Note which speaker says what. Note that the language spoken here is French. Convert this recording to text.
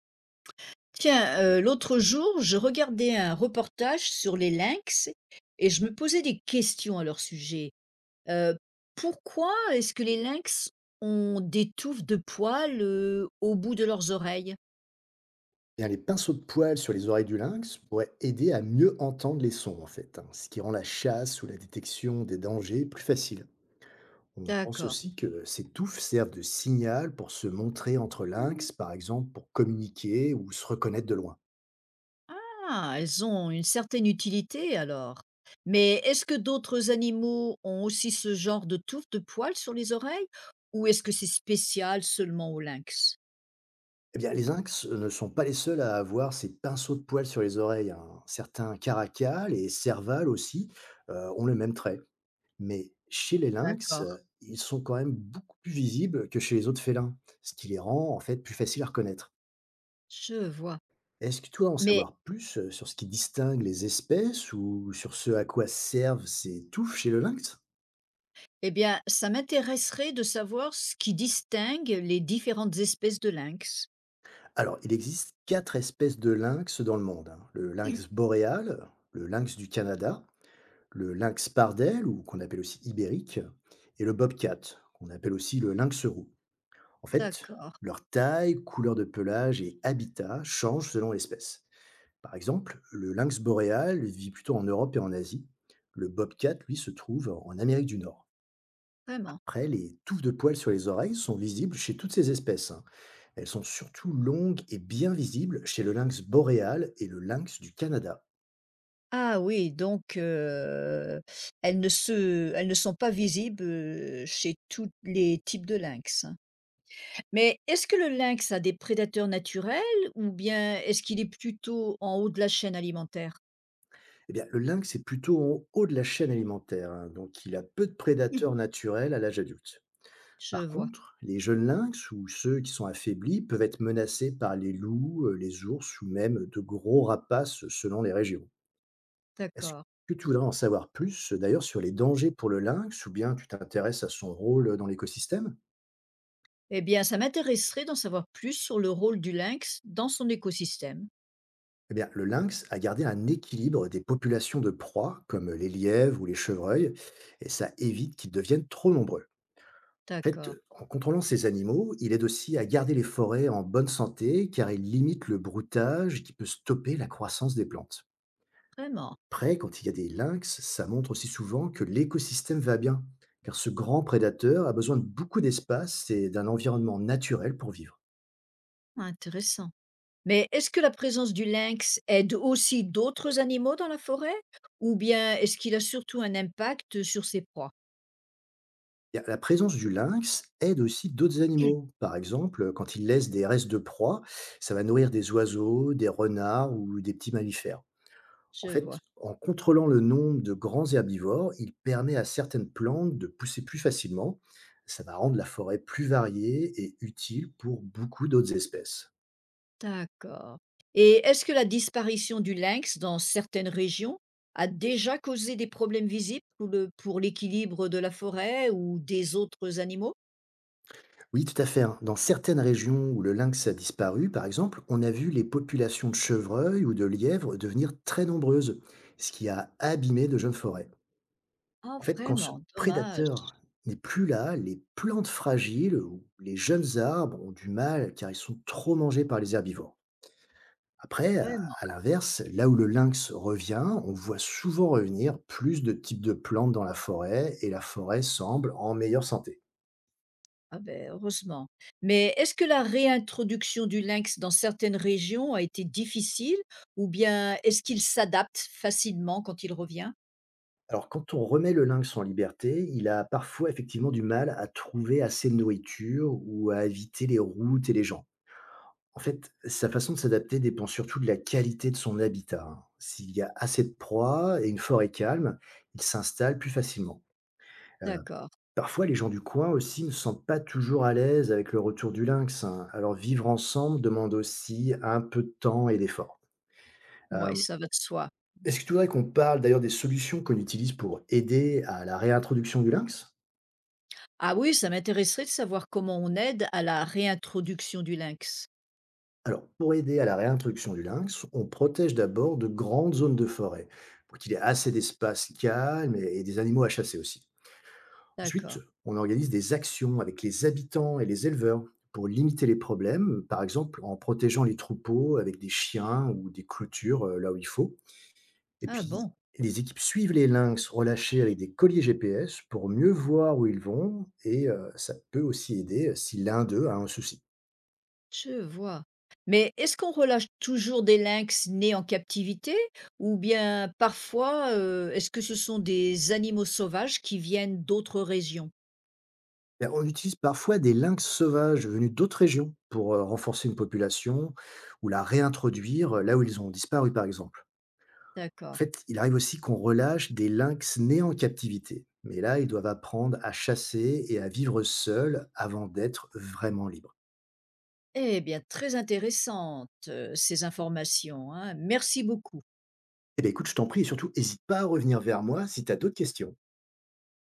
Speaker 1: Tiens, l'autre jour, je regardais un reportage sur les lynx et je me posais des questions à leur sujet. Euh, pourquoi est-ce que les lynx ont des touffes de poils au bout de leurs oreilles?
Speaker 2: Eh bien, les pinceaux de poils sur les oreilles du lynx pourraient aider à mieux entendre les sons, en fait, hein, ce qui rend la chasse ou la détection des dangers plus facile. On pense
Speaker 1: D'accord.
Speaker 2: aussi que ces touffes servent de signal pour se montrer entre lynx, par exemple, pour communiquer ou se reconnaître de loin.
Speaker 1: Ah, elles ont une certaine utilité alors. Mais est-ce que d'autres animaux ont aussi ce genre de touffes de poils sur les oreilles ou est-ce que c'est spécial seulement aux lynx?
Speaker 2: Eh bien, les lynx ne sont pas les seuls à avoir ces pinceaux de poils sur les oreilles, hein. Certains caracal et serval aussi ont le même trait. Mais chez les lynx,
Speaker 1: D'accord,
Speaker 2: ils sont quand même beaucoup plus visibles que chez les autres félins, ce qui les rend en fait plus faciles à reconnaître.
Speaker 1: je vois.
Speaker 2: Est-ce que tu dois en
Speaker 1: Mais
Speaker 2: savoir plus, sur ce qui distingue les espèces ou sur ce à quoi servent ces touffes chez le lynx?
Speaker 1: eh bien, ça m'intéresserait de savoir ce qui distingue les différentes espèces de lynx.
Speaker 2: Alors, il existe 4 espèces de lynx dans le monde, hein. Le lynx boréal, le lynx du Canada, le lynx pardel ou qu'on appelle aussi ibérique, et le bobcat, qu'on appelle aussi le lynx roux. En fait,
Speaker 1: D'accord,
Speaker 2: leur taille, couleur de pelage et habitat changent selon l'espèce. Par exemple, le lynx boréal vit plutôt en Europe et en Asie. Le bobcat, lui, se trouve en Amérique du Nord.
Speaker 1: vraiment.
Speaker 2: Après, les touffes de poils sur les oreilles sont visibles chez toutes ces espèces, hein. Elles sont surtout longues et bien visibles chez le lynx boréal et le lynx du Canada.
Speaker 1: Ah oui, donc elles ne sont pas visibles chez tous les types de lynx, hein. Mais est-ce que le lynx a des prédateurs naturels ou bien est-ce qu'il est plutôt en haut de la chaîne alimentaire?
Speaker 2: Eh bien, le lynx est plutôt en haut de la chaîne alimentaire, hein, donc il a peu de
Speaker 1: Hum,
Speaker 2: prédateurs naturels à l'âge adulte.
Speaker 1: Je
Speaker 2: Par
Speaker 1: vois,
Speaker 2: contre, les jeunes lynx ou ceux qui sont affaiblis peuvent être menacés par les loups, les ours ou même de gros rapaces selon les régions. Est-ce
Speaker 1: d'accord.
Speaker 2: que tu voudrais en savoir plus, d'ailleurs, sur les dangers pour le lynx ou bien tu t'intéresses à son rôle, dans l'écosystème?
Speaker 1: Eh bien, ça m'intéresserait d'en savoir plus sur le rôle du lynx dans son écosystème.
Speaker 2: Eh bien, le lynx a gardé un équilibre des populations de proies, comme, les lièvres ou les chevreuils, et ça évite qu'ils deviennent trop nombreux. En fait,
Speaker 1: D'accord,
Speaker 2: en contrôlant ces animaux, il aide aussi à garder les forêts en bonne santé car il limite le broutage qui peut stopper la croissance des plantes.
Speaker 1: vraiment
Speaker 2: Après, quand il y a des lynx, ça montre aussi souvent que l'écosystème va bien, car ce grand prédateur a besoin de beaucoup d'espace et d'un environnement naturel pour vivre.
Speaker 1: intéressant. Mais est-ce que la présence du lynx aide aussi d'autres animaux dans la forêt? Ou bien est-ce qu'il a surtout un impact sur ses proies?
Speaker 2: Et la présence du lynx aide aussi d'autres animaux. Par exemple, quand il laisse des restes de proie, ça va nourrir des oiseaux, des renards ou des petits mammifères. En
Speaker 1: Je
Speaker 2: fait,
Speaker 1: vois.
Speaker 2: en contrôlant le nombre de grands herbivores, il permet à certaines plantes de pousser plus facilement. Ça va rendre la forêt plus variée et utile pour beaucoup d'autres espèces.
Speaker 1: D'accord. Et est-ce que la disparition du lynx dans certaines régions a déjà causé des problèmes visibles pour pour l'équilibre de la forêt ou des autres animaux?
Speaker 2: Oui, tout à fait, hein. Dans certaines régions où le lynx a disparu, par exemple, on a vu les populations de chevreuils ou de lièvres devenir très nombreuses, ce qui a abîmé de jeunes forêts.
Speaker 1: Ah,
Speaker 2: En fait, quand ce
Speaker 1: vraiment, dommage.
Speaker 2: prédateur n'est plus là, les plantes fragiles ou les jeunes arbres ont du mal car ils sont trop mangés par les herbivores. Après, à
Speaker 1: Vraiment.
Speaker 2: à l'inverse, là où le lynx revient, on voit souvent revenir plus de types de plantes dans la forêt et la forêt semble en meilleure santé.
Speaker 1: Ah ben heureusement. Mais est-ce que la réintroduction du lynx dans certaines régions a été difficile ou bien est-ce qu'il s'adapte facilement quand il revient?
Speaker 2: Alors, quand on remet le lynx en liberté, il a parfois effectivement du mal à trouver assez de nourriture ou à éviter les routes et les gens. En fait, sa façon de s'adapter dépend surtout de la qualité de son habitat, hein. S'il y a assez de proies et une forêt calme, il s'installe plus facilement.
Speaker 1: D'accord.
Speaker 2: Parfois, les gens du coin aussi ne se sentent pas toujours à l'aise avec le retour du lynx, hein. Alors, vivre ensemble demande aussi un peu de temps et d'effort.
Speaker 1: Ouais,
Speaker 2: Euh,
Speaker 1: ça va de soi.
Speaker 2: Est-ce que tu voudrais qu'on parle d'ailleurs des solutions qu'on utilise pour aider à la réintroduction du lynx?
Speaker 1: Ah oui, ça m'intéresserait de savoir comment on aide à la réintroduction du lynx.
Speaker 2: Alors, pour aider à la réintroduction du lynx, on protège d'abord de grandes zones de forêt, pour qu'il y ait assez d'espace calme et des animaux à chasser aussi. Ensuite,
Speaker 1: D'accord.
Speaker 2: on organise des actions avec les habitants et les éleveurs pour limiter les problèmes, par exemple en protégeant les troupeaux avec des chiens ou des clôtures là où il faut. Et
Speaker 1: Ah
Speaker 2: puis,
Speaker 1: bon.
Speaker 2: les équipes suivent les lynx relâchés avec des colliers GPS pour mieux voir où ils vont, et ça peut aussi aider si l'un d'eux a un souci.
Speaker 1: Je vois. Mais est-ce qu'on relâche toujours des lynx nés en captivité ou bien parfois, est-ce que ce sont des animaux sauvages qui viennent d'autres régions?
Speaker 2: Bah, on utilise parfois des lynx sauvages venus d'autres régions pour renforcer une population ou la réintroduire là où ils ont disparu, par exemple. En
Speaker 1: D'accord.
Speaker 2: fait, il arrive aussi qu'on relâche des lynx nés en captivité. Mais là, ils doivent apprendre à chasser et à vivre seuls avant d'être vraiment libres.
Speaker 1: Eh bien, très intéressantes ces informations, hein. Merci beaucoup.
Speaker 2: Eh bien, écoute, je t'en prie, et surtout, n'hésite pas à revenir vers moi si tu as d'autres questions.